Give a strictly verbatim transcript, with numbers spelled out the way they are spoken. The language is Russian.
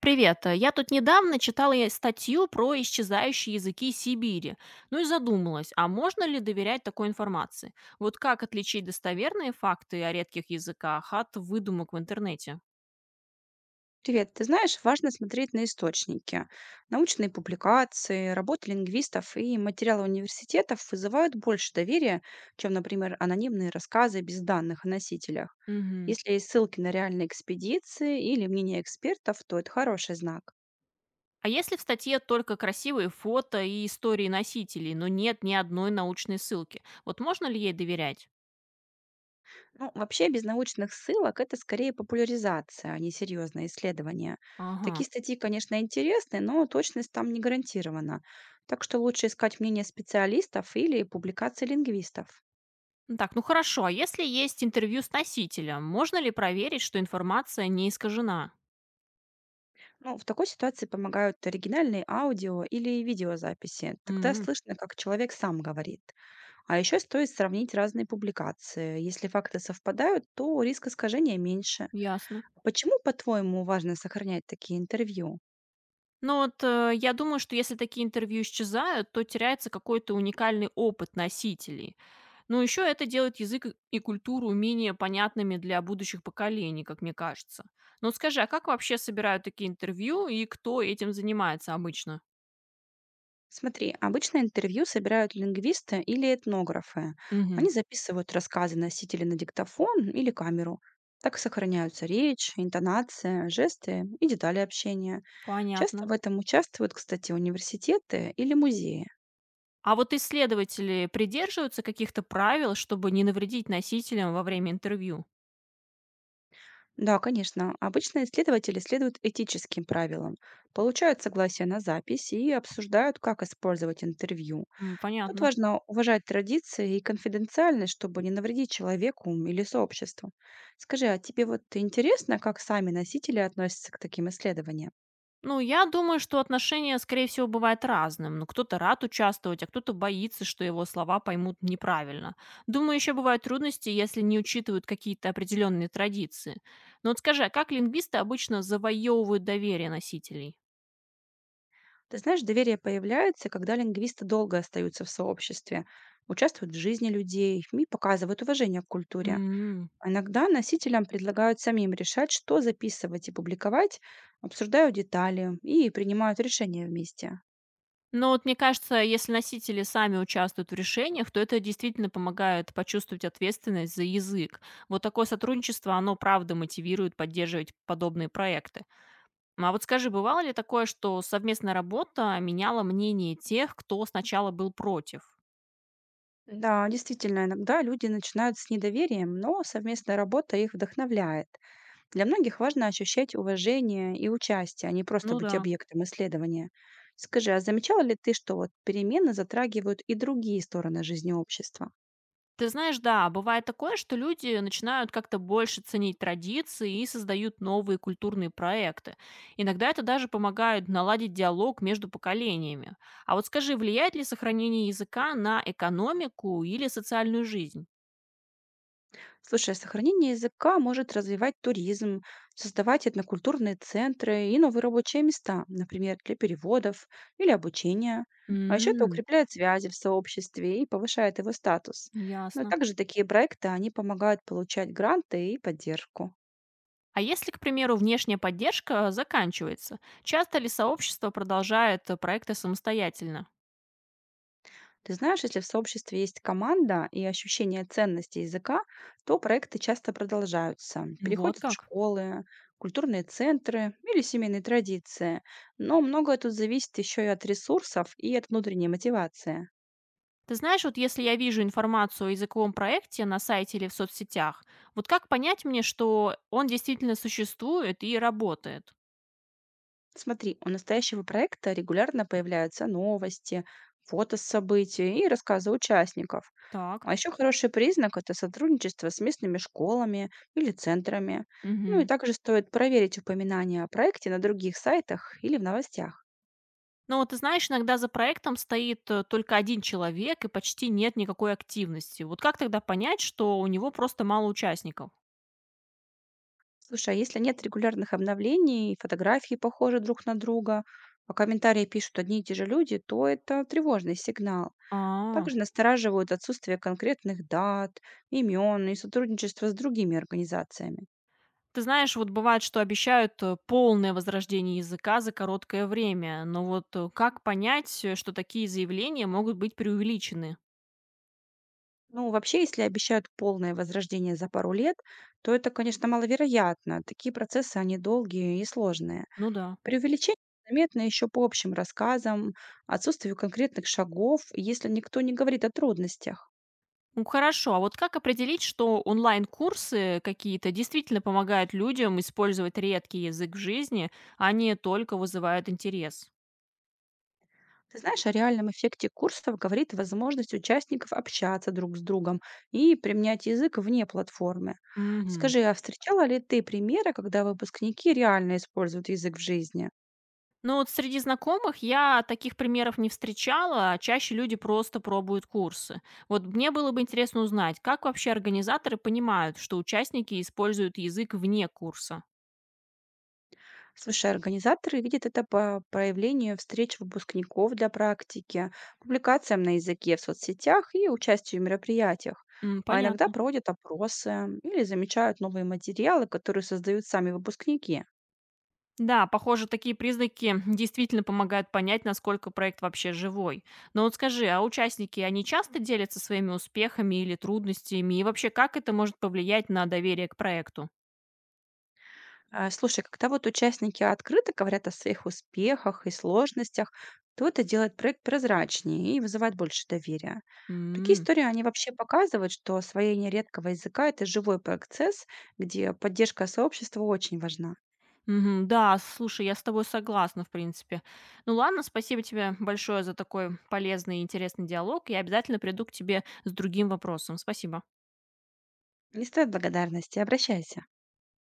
Привет. э, Я тут недавно читала я статью про исчезающие языки Сибири. Ну и задумалась, а можно ли доверять такой информации? Вот как отличить достоверные факты о редких языках от выдумок в интернете? Привет. Ты знаешь, важно смотреть на источники. Научные публикации, работы лингвистов и материалы университетов вызывают больше доверия, чем, например, анонимные рассказы без данных о носителях. Мгм. Если есть ссылки на реальные экспедиции или мнение экспертов, то это хороший знак. А если в статье только красивые фото и истории носителей, но нет ни одной научной ссылки, вот можно ли ей доверять? Ну, вообще, без научных ссылок это скорее популяризация, а не серьезное исследование. Ага. Такие статьи, конечно, интересны, но точность там не гарантирована. Так что лучше искать мнение специалистов или публикации лингвистов. Ну так, ну хорошо, а если есть интервью с носителем, можно ли проверить, что информация не искажена? Ну, в такой ситуации помогают оригинальные аудио или видеозаписи. Тогда М, слышно, как человек сам говорит. А еще стоит сравнить разные публикации. Если факты совпадают, то риск искажения меньше. Ясно. Почему, по-твоему, важно сохранять такие интервью? Ну вот, э, я думаю, что если такие интервью исчезают, то теряется какой-то уникальный опыт носителей. Но еще это делает язык и и культуру менее понятными для будущих поколений, как мне кажется. Но вот скажи, а как вообще собирают такие интервью и кто этим занимается обычно? Смотри, обычно интервью собирают лингвисты или этнографы. Мгм. Они записывают рассказы носителя на диктофон или камеру. Так сохраняются речь, интонация, жесты и детали общения. Понятно. Часто в этом участвуют, кстати, университеты или музеи. А вот исследователи придерживаются каких-то правил, чтобы не навредить носителям во время интервью? Да, конечно, обычно исследователи следуют этическим правилам, получают согласие на запись и обсуждают, как использовать интервью. М, Тут Понятно. важно уважать традиции и конфиденциальность, чтобы не навредить человеку или сообществу. Скажи, а тебе вот интересно, как сами носители относятся к таким исследованиям? Ну, я думаю, что отношения, скорее всего, бывают разным. Ну, кто-то рад участвовать, а кто-то боится, что его слова поймут неправильно. Думаю, еще бывают трудности, если не учитывают какие-то определенные традиции. Но вот скажи, а как лингвисты обычно завоевывают доверие носителей? Ты знаешь, доверие появляется, когда лингвисты долго остаются в сообществе, участвуют в жизни людей и показывают уважение к культуре. М. А иногда носителям предлагают самим решать, что записывать и публиковать, обсуждают детали и принимают решения вместе. Ну, вот мне кажется, если носители сами участвуют в решениях, то это действительно помогает почувствовать ответственность за язык. Вот такое сотрудничество, оно правда мотивирует поддерживать подобные проекты. А вот скажи, бывало ли такое, что совместная работа меняла мнение тех, кто сначала был против? Да, действительно, иногда люди начинают с недоверием, но совместная работа их вдохновляет. Для многих важно ощущать уважение и участие, а не просто Ну быть да. объектом исследования. Скажи, а замечала ли ты, что вот перемены затрагивают и другие стороны жизни общества? Ты знаешь, да, бывает такое, что люди начинают как-то больше ценить традиции и создают новые культурные проекты. Иногда это даже помогает наладить диалог между поколениями. А вот скажи, влияет ли сохранение языка на экономику или социальную жизнь? Слушай, а сохранение языка может развивать туризм, создавать этнокультурные центры и новые рабочие места, например, для переводов или обучения. А еще это М, укрепляет связи в сообществе и повышает его статус. Но Ясно. также такие проекты, они помогают получать гранты и поддержку. А если, к примеру, внешняя поддержка заканчивается, часто ли сообщество продолжает э, проекты самостоятельно? Ты знаешь, если в сообществе есть команда и ощущение ценности языка, то проекты часто продолжаются, Вот переходят в как. школы, культурные центры или семейные традиции. Но многое тут зависит еще и от ресурсов и от внутренней мотивации. Ты знаешь, вот если я вижу информацию о языковом проекте на сайте или в соцсетях, вот как понять мне, что он действительно существует и работает? Смотри, у настоящего проекта регулярно появляются новости, фото с событий и рассказы участников. Так. А еще хороший признак — это сотрудничество с местными школами или центрами. Ну и Мгм. также стоит проверить упоминания о проекте на других сайтах или в новостях. Ну вот ты знаешь, иногда за проектом стоит э, только один человек и почти нет никакой активности. Вот как тогда понять, что у него просто мало участников? Слушай, а если нет регулярных обновлений, фотографии похожи друг на друга, а комментарии пишут одни и те же люди, то это тревожный сигнал. Также А. настораживают отсутствие конкретных дат, имен и сотрудничество с другими организациями. Ты знаешь, вот бывает, что обещают э, полное возрождение языка за короткое время, но вот э, как понять, э, что такие заявления могут быть преувеличены? Ну, вообще, если обещают полное возрождение за пару лет, то это, конечно, маловероятно. Такие процессы, они долгие и сложные. Ну да. Преувеличение заметно еще по общим рассказам, отсутствию конкретных шагов, если никто не говорит о трудностях. Ну хорошо, а вот как определить, что онлайн-курсы какие-то действительно помогают людям использовать редкий язык в жизни, а не только вызывают интерес? Ты знаешь, о реальном эффекте курсов говорит возможность участников общаться друг с другом и применять язык вне платформы. Угу. Скажи, а встречала ли ты примеры, когда выпускники реально используют язык в жизни? Ну, вот среди знакомых я таких примеров не встречала, а чаще люди просто пробуют курсы. Вот мне было бы интересно узнать, как вообще организаторы понимают, что участники используют язык вне курса? Слушай, организаторы видят это по проявлению встреч выпускников для практики, публикациям на языке в соцсетях и участию в мероприятиях. М, А иногда понятно. проводят опросы или замечают новые материалы, которые создают сами выпускники. Да, похоже, такие признаки действительно помогают понять, насколько проект вообще живой. Но вот скажи, а участники, они часто делятся своими успехами или трудностями? И вообще, как это может повлиять на доверие к проекту? А, слушай, когда вот участники открыто говорят о своих успехах и сложностях, то это делает проект прозрачнее и вызывает больше доверия. Такие М. истории, они вообще показывают, что освоение редкого языка — это живой процесс, где поддержка сообщества очень важна. Мгм. Да, слушай, я с тобой согласна, в принципе. Ну ладно, спасибо тебе большое за такой полезный и интересный диалог. Я обязательно приду к тебе с другим вопросом. Спасибо. Не стоит благодарности, обращайся.